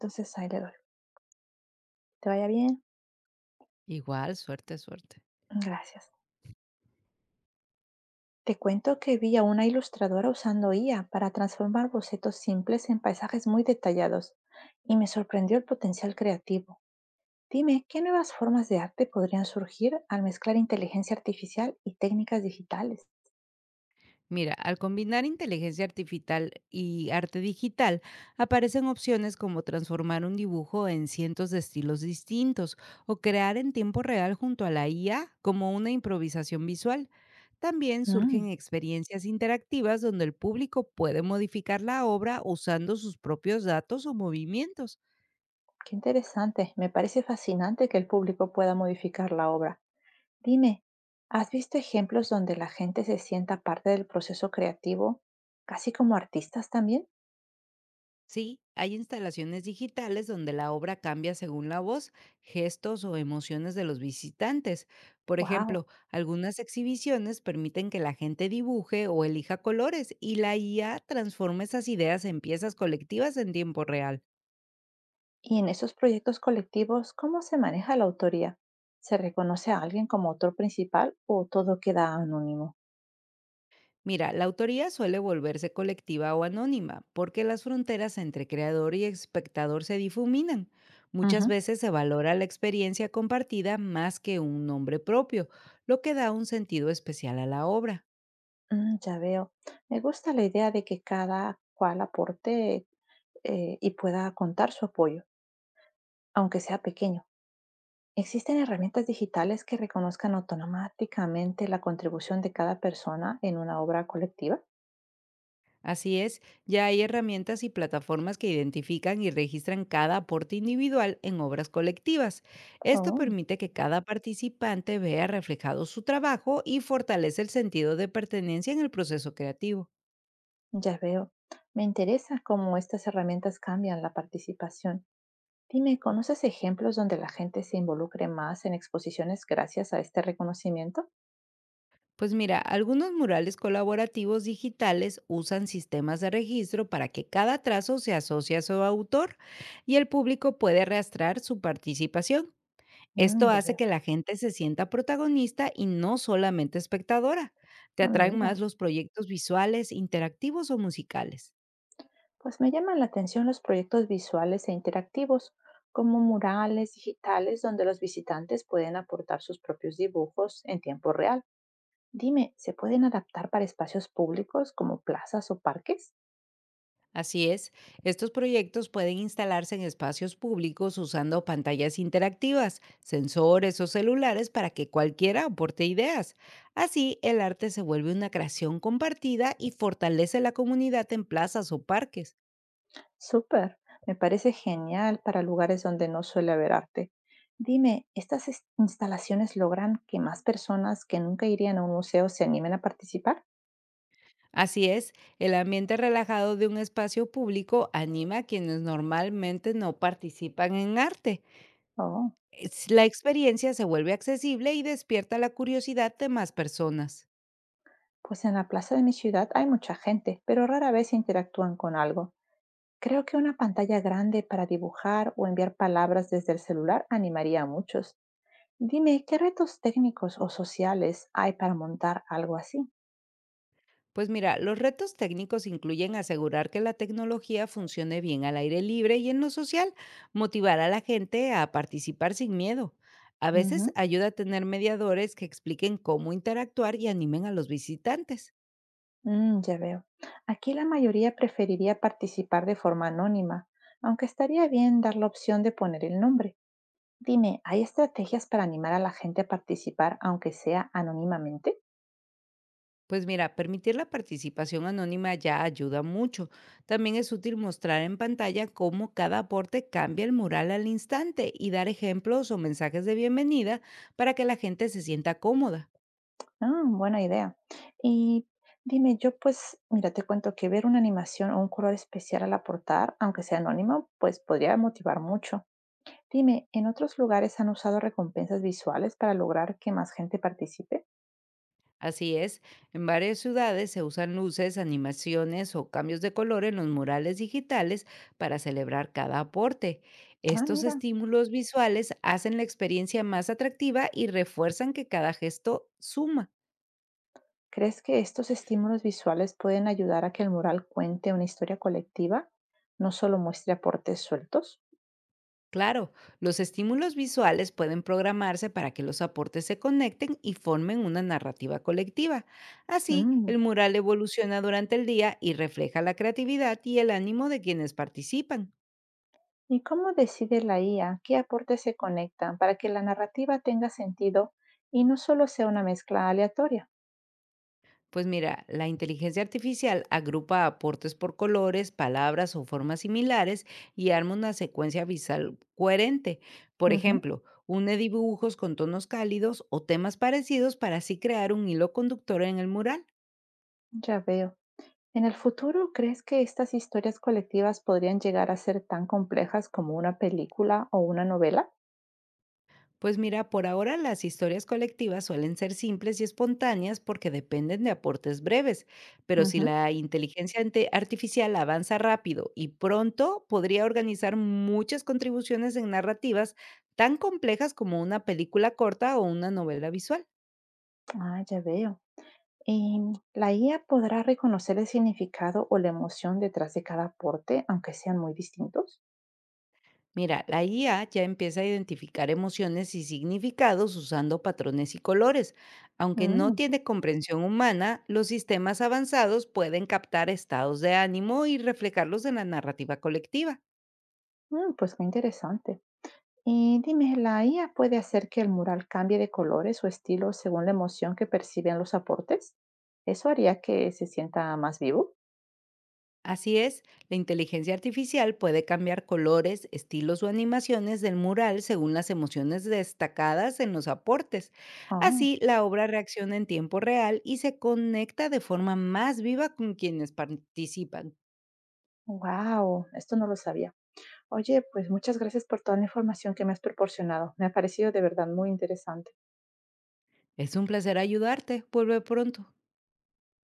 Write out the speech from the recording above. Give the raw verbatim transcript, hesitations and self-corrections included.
Entonces ahí le doy. ¿Te vaya bien? Igual, suerte, suerte. Gracias. Te cuento que vi a una ilustradora usando I A para transformar bocetos simples en paisajes muy detallados y me sorprendió el potencial creativo. Dime, ¿qué nuevas formas de arte podrían surgir al mezclar inteligencia artificial y técnicas digitales? Mira, al combinar inteligencia artificial y arte digital, aparecen opciones como transformar un dibujo en cientos de estilos distintos o crear en tiempo real junto a la I A como una improvisación visual. También surgen Mm, experiencias interactivas donde el público puede modificar la obra usando sus propios datos o movimientos. qué interesante. Me parece fascinante que el público pueda modificar la obra. Dime, ¿has visto ejemplos donde la gente se sienta parte del proceso creativo, casi como artistas también? Sí, hay instalaciones digitales donde la obra cambia según la voz, gestos o emociones de los visitantes. Por ¡Wow! ejemplo, algunas exhibiciones permiten que la gente dibuje o elija colores y la I A transforma esas ideas en piezas colectivas en tiempo real. Y en esos proyectos colectivos, ¿cómo se maneja la autoría? ¿Se reconoce a alguien como autor principal o todo queda anónimo? Mira, la autoría suele volverse colectiva o anónima, porque las fronteras entre creador y espectador se difuminan. Muchas Ujú. veces se valora la experiencia compartida más que un nombre propio, lo que da un sentido especial a la obra. Mm, ya veo. Me gusta la idea de que cada cual aporte, eh, y pueda contar su apoyo, aunque sea pequeño. ¿Existen herramientas digitales que reconozcan automáticamente la contribución de cada persona en una obra colectiva? Así es, ya hay herramientas y plataformas que identifican y registran cada aporte individual en obras colectivas. Esto Oh, permite que cada participante vea reflejado su trabajo y fortalece el sentido de pertenencia en el proceso creativo. ya veo. Me interesa cómo estas herramientas cambian la participación. Dime, ¿conoces ejemplos donde la gente se involucre más en exposiciones gracias a este reconocimiento? Pues mira, algunos murales colaborativos digitales usan sistemas de registro para que cada trazo se asocie a su autor y el público puede arrastrar su participación. Esto Mm, ya hace veo. que la gente se sienta protagonista y no solamente espectadora. Te Ah, atraen más mira. los proyectos visuales, interactivos o musicales. Pues me llaman la atención los proyectos visuales e interactivos, como murales digitales donde los visitantes pueden aportar sus propios dibujos en tiempo real. Dime, ¿se pueden adaptar para espacios públicos como plazas o parques? Así es, estos proyectos pueden instalarse en espacios públicos usando pantallas interactivas, sensores o celulares para que cualquiera aporte ideas. Así, el arte se vuelve una creación compartida y fortalece la comunidad en plazas o parques. Súper, me parece genial para lugares donde no suele haber arte. Dime, ¿estas es- instalaciones logran que más personas que nunca irían a un museo se animen a participar? Así es, el ambiente relajado de un espacio público anima a quienes normalmente no participan en arte. Oh, Es- La experiencia se vuelve accesible y despierta la curiosidad de más personas. pues en la plaza de mi ciudad hay mucha gente, pero rara vez interactúan con algo. Creo que una pantalla grande para dibujar o enviar palabras desde el celular animaría a muchos. Dime, ¿qué retos técnicos o sociales hay para montar algo así? Pues mira, los retos técnicos incluyen asegurar que la tecnología funcione bien al aire libre y en lo social, motivar a la gente a participar sin miedo. A veces Ujú. ayuda a tener mediadores que expliquen cómo interactuar y animen a los visitantes. Mm, ya veo. Aquí la mayoría preferiría participar de forma anónima, aunque estaría bien dar la opción de poner el nombre. Dime, ¿hay estrategias para animar a la gente a participar, aunque sea anónimamente? Pues mira, permitir la participación anónima ya ayuda mucho. También es útil mostrar en pantalla cómo cada aporte cambia el mural al instante y dar ejemplos o mensajes de bienvenida para que la gente se sienta cómoda. Ah, buena idea. Y dime, yo pues, mira, te cuento que ver una animación o un color especial al aportar, aunque sea anónimo, pues podría motivar mucho. Dime, ¿en otros lugares han usado recompensas visuales para lograr que más gente participe? Así es, en varias ciudades se usan luces, animaciones o cambios de color en los murales digitales para celebrar cada aporte. Ah, Estos mira. estímulos visuales hacen la experiencia más atractiva y refuerzan que cada gesto suma. ¿Crees que estos estímulos visuales pueden ayudar a que el mural cuente una historia colectiva, no solo muestre aportes sueltos? Claro, los estímulos visuales pueden programarse para que los aportes se conecten y formen una narrativa colectiva. Así, Mm, el mural evoluciona durante el día y refleja la creatividad y el ánimo de quienes participan. ¿y cómo decide la I A qué aportes se conectan para que la narrativa tenga sentido y no solo sea una mezcla aleatoria? Pues mira, la inteligencia artificial agrupa aportes por colores, palabras o formas similares y arma una secuencia visual coherente. Por Ujú, ejemplo, une dibujos con tonos cálidos o temas parecidos para así crear un hilo conductor en el mural. ya veo. ¿En el futuro crees que estas historias colectivas podrían llegar a ser tan complejas como una película o una novela? Pues mira, por ahora las historias colectivas suelen ser simples y espontáneas porque dependen de aportes breves, pero si Ujú. la inteligencia ante- artificial avanza rápido y pronto, podría organizar muchas contribuciones en narrativas tan complejas como una película corta o una novela visual. Ah, ya veo. Em, la I A podrá reconocer el significado o la emoción detrás de cada aporte, aunque sean muy distintos. Mira, la I A ya empieza a identificar emociones y significados usando patrones y colores. Aunque no Mm, tiene comprensión humana, los sistemas avanzados pueden captar estados de ánimo y reflejarlos en la narrativa colectiva. mm, pues qué interesante. Y dime, ¿la I A puede hacer que el mural cambie de colores o estilo según la emoción que perciben los aportes? ¿Eso haría que se sienta más vivo? Así es, la inteligencia artificial puede cambiar colores, estilos o animaciones del mural según las emociones destacadas en los aportes. Oh, Así, la obra reacciona en tiempo real y se conecta de forma más viva con quienes participan. wow, esto no lo sabía. Oye, pues muchas gracias por toda la información que me has proporcionado. Me ha parecido de verdad muy interesante. Es un placer ayudarte. Vuelve pronto.